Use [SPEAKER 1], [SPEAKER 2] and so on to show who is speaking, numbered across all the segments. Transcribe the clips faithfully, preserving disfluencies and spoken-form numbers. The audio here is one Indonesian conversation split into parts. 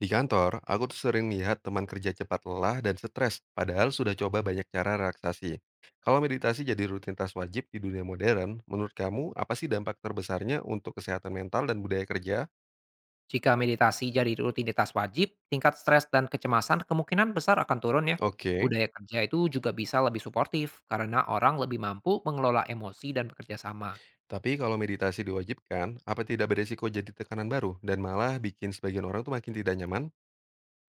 [SPEAKER 1] Di kantor, aku tuh sering lihat teman kerja cepat lelah dan stres, padahal sudah coba banyak cara relaksasi. Kalau meditasi jadi rutinitas wajib di dunia modern, menurut kamu apa sih dampak terbesarnya untuk kesehatan mental dan budaya kerja?
[SPEAKER 2] Jika meditasi jadi rutinitas wajib, tingkat stres dan kecemasan kemungkinan besar akan turun ya.
[SPEAKER 1] Oke,
[SPEAKER 2] Budaya kerja itu juga bisa lebih suportif karena orang lebih mampu mengelola emosi dan bekerja sama.
[SPEAKER 1] tapi kalau meditasi diwajibkan, apa tidak beresiko jadi tekanan baru dan malah bikin sebagian orang tuh makin tidak nyaman?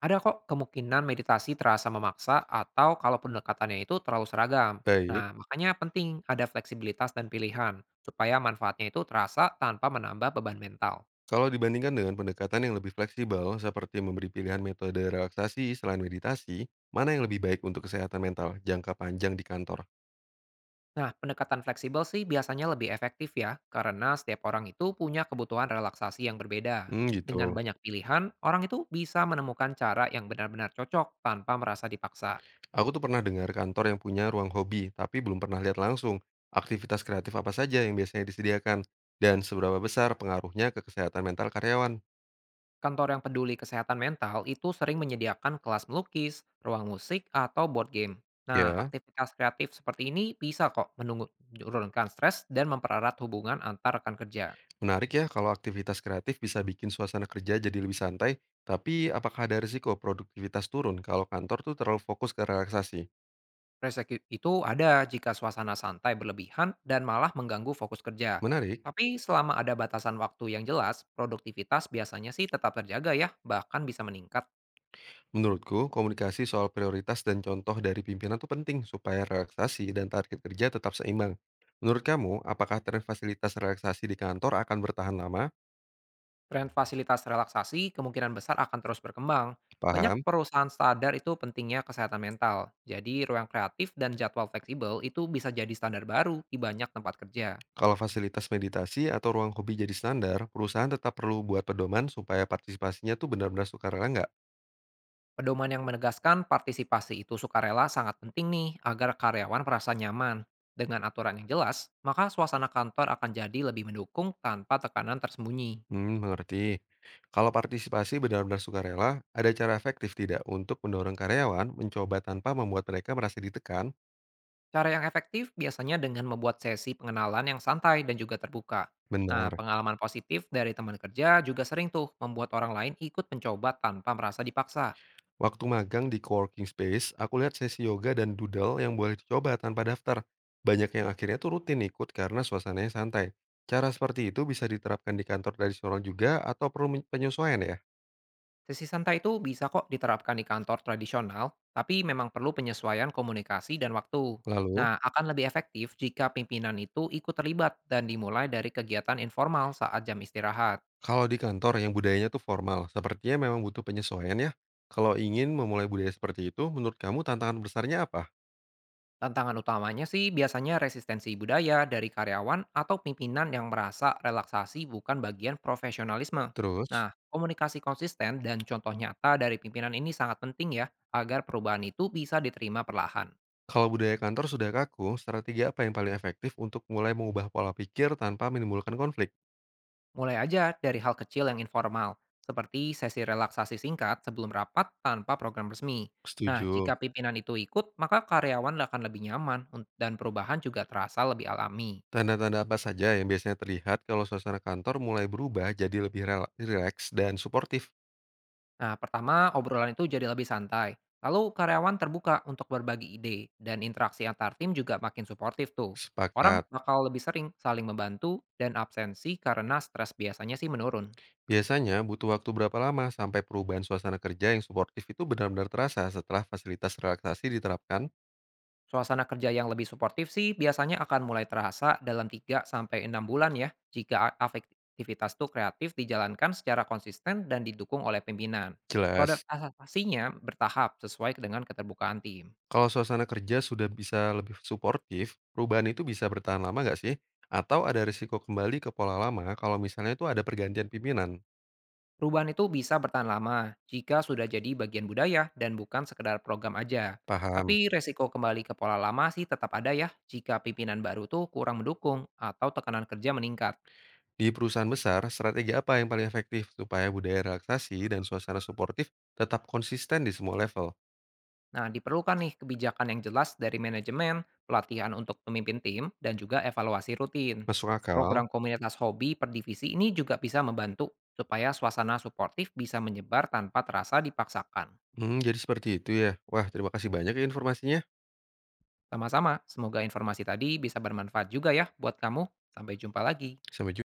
[SPEAKER 2] Ada kok kemungkinan meditasi terasa memaksa atau kalau pendekatannya itu terlalu seragam. Nah,
[SPEAKER 1] Baik,
[SPEAKER 2] makanya penting ada fleksibilitas dan pilihan supaya manfaatnya itu terasa tanpa menambah beban mental.
[SPEAKER 1] kalau dibandingkan dengan pendekatan yang lebih fleksibel seperti memberi pilihan metode relaksasi selain meditasi, mana yang lebih baik untuk kesehatan mental jangka panjang di kantor?
[SPEAKER 2] Nah, pendekatan fleksibel sih biasanya lebih efektif ya, karena setiap orang itu punya kebutuhan relaksasi yang berbeda.
[SPEAKER 1] Hmm,
[SPEAKER 2] Dengan
[SPEAKER 1] gitu.
[SPEAKER 2] banyak pilihan, orang itu bisa menemukan cara yang benar-benar cocok tanpa merasa dipaksa.
[SPEAKER 1] Aku tuh pernah dengar kantor yang punya ruang hobi, tapi belum pernah lihat langsung aktivitas kreatif apa saja yang biasanya disediakan dan seberapa besar pengaruhnya ke kesehatan mental karyawan.
[SPEAKER 2] Kantor yang peduli kesehatan mental itu sering menyediakan kelas melukis, ruang musik, atau board game. Nah,
[SPEAKER 1] Ya,
[SPEAKER 2] aktivitas kreatif seperti ini bisa kok menurunkan stres dan mempererat hubungan antar rekan kerja.
[SPEAKER 1] menarik ya kalau aktivitas kreatif bisa bikin suasana kerja jadi lebih santai, tapi apakah ada risiko produktivitas turun kalau kantor tuh terlalu fokus ke relaksasi?
[SPEAKER 2] Resek itu ada jika suasana santai berlebihan dan malah mengganggu fokus kerja.
[SPEAKER 1] Menarik.
[SPEAKER 2] Tapi selama ada batasan waktu yang jelas, produktivitas biasanya sih tetap terjaga ya, bahkan bisa meningkat.
[SPEAKER 1] Menurutku, komunikasi soal prioritas dan contoh dari pimpinan tuh penting supaya relaksasi dan target kerja tetap seimbang. Menurut kamu, apakah tren fasilitas relaksasi di kantor akan bertahan lama?
[SPEAKER 2] Tren fasilitas relaksasi kemungkinan besar akan terus berkembang.
[SPEAKER 1] Paham.
[SPEAKER 2] Banyak perusahaan sadar itu pentingnya kesehatan mental. Jadi ruang kreatif dan jadwal fleksibel itu bisa jadi standar baru di banyak tempat kerja.
[SPEAKER 1] Kalau fasilitas meditasi atau ruang hobi jadi standar, perusahaan tetap perlu buat pedoman supaya partisipasinya tuh benar-benar sukarela nggak?
[SPEAKER 2] Pedoman yang menegaskan partisipasi itu sukarela sangat penting nih agar karyawan merasa nyaman. Dengan aturan yang jelas, maka suasana kantor akan jadi lebih mendukung tanpa tekanan tersembunyi.
[SPEAKER 1] Hmm, mengerti. Kalau partisipasi benar-benar sukarela, ada cara efektif tidak untuk mendorong karyawan mencoba tanpa membuat mereka merasa ditekan?
[SPEAKER 2] Cara yang efektif biasanya dengan membuat sesi pengenalan yang santai dan juga terbuka. Nah,
[SPEAKER 1] Benar.
[SPEAKER 2] pengalaman positif dari teman kerja juga sering tuh membuat orang lain ikut mencoba tanpa merasa dipaksa.
[SPEAKER 1] Waktu magang di coworking space, aku lihat sesi yoga dan doodle yang boleh dicoba tanpa daftar. Banyak yang akhirnya tuh rutin ikut karena suasananya santai. Cara seperti itu bisa diterapkan di kantor tradisional juga atau perlu men- penyesuaian ya?
[SPEAKER 2] Sesi santai itu bisa kok diterapkan di kantor tradisional, tapi memang perlu penyesuaian komunikasi dan waktu.
[SPEAKER 1] Lalu?
[SPEAKER 2] Nah, akan lebih efektif jika pimpinan itu ikut terlibat dan dimulai dari kegiatan informal saat jam istirahat.
[SPEAKER 1] Kalau di kantor yang budayanya tuh formal, sepertinya memang butuh penyesuaian ya. Kalau ingin memulai budaya seperti itu, menurut kamu tantangan besarnya apa?
[SPEAKER 2] Tantangan utamanya sih biasanya resistensi budaya dari karyawan atau pimpinan yang merasa relaksasi bukan bagian profesionalisme. Nah,
[SPEAKER 1] Terus,
[SPEAKER 2] komunikasi konsisten dan contoh nyata dari pimpinan ini sangat penting ya, agar perubahan itu bisa diterima perlahan.
[SPEAKER 1] kalau budaya kantor sudah kaku, strategi apa yang paling efektif untuk mulai mengubah pola pikir tanpa menimbulkan konflik?
[SPEAKER 2] Mulai aja dari hal kecil yang informal, seperti sesi relaksasi singkat sebelum rapat tanpa program resmi. Nah, jika
[SPEAKER 1] Setuju.
[SPEAKER 2] pimpinan itu ikut, maka karyawan akan lebih nyaman un- dan perubahan juga terasa lebih alami.
[SPEAKER 1] Tanda-tanda apa saja yang biasanya terlihat kalau suasana kantor mulai berubah jadi lebih rela- rileks dan suportif?
[SPEAKER 2] Nah, pertama obrolan itu jadi lebih santai. Lalu karyawan terbuka untuk berbagi ide dan interaksi antar tim juga makin suportif tuh. Orang
[SPEAKER 1] Sepakat.
[SPEAKER 2] bakal lebih sering saling membantu dan absensi karena stres biasanya sih menurun.
[SPEAKER 1] Biasanya butuh waktu berapa lama sampai perubahan suasana kerja yang suportif itu benar-benar terasa setelah fasilitas relaksasi diterapkan?
[SPEAKER 2] Suasana kerja yang lebih suportif sih biasanya akan mulai terasa dalam tiga sampai enam bulan ya, jika a- aktivitas tuh kreatif dijalankan secara konsisten dan didukung oleh pimpinan. Produk
[SPEAKER 1] Jelas.
[SPEAKER 2] adaptasinya bertahap sesuai dengan keterbukaan tim.
[SPEAKER 1] Kalau suasana kerja sudah bisa lebih suportif, perubahan itu bisa bertahan lama nggak sih? Atau ada risiko kembali ke pola lama kalau misalnya itu ada pergantian pimpinan?
[SPEAKER 2] Perubahan itu bisa bertahan lama jika sudah jadi bagian budaya dan bukan sekedar program aja.
[SPEAKER 1] Paham.
[SPEAKER 2] Tapi resiko kembali ke pola lama sih tetap ada ya jika pimpinan baru tuh kurang mendukung atau tekanan kerja meningkat.
[SPEAKER 1] Di perusahaan besar, strategi apa yang paling efektif supaya budaya relaksasi dan suasana suportif tetap konsisten di semua level?
[SPEAKER 2] Nah, diperlukan nih kebijakan yang jelas dari manajemen, pelatihan untuk pemimpin tim, dan juga evaluasi rutin.
[SPEAKER 1] Masuk
[SPEAKER 2] Program
[SPEAKER 1] akal?
[SPEAKER 2] komunitas hobi per divisi ini juga bisa membantu supaya suasana suportif bisa menyebar tanpa terasa dipaksakan.
[SPEAKER 1] Hmm, jadi seperti itu ya. Wah, terima kasih banyak ya informasinya.
[SPEAKER 2] Sama-sama, semoga informasi tadi bisa bermanfaat juga ya buat kamu. Sampai jumpa lagi.
[SPEAKER 1] Sampai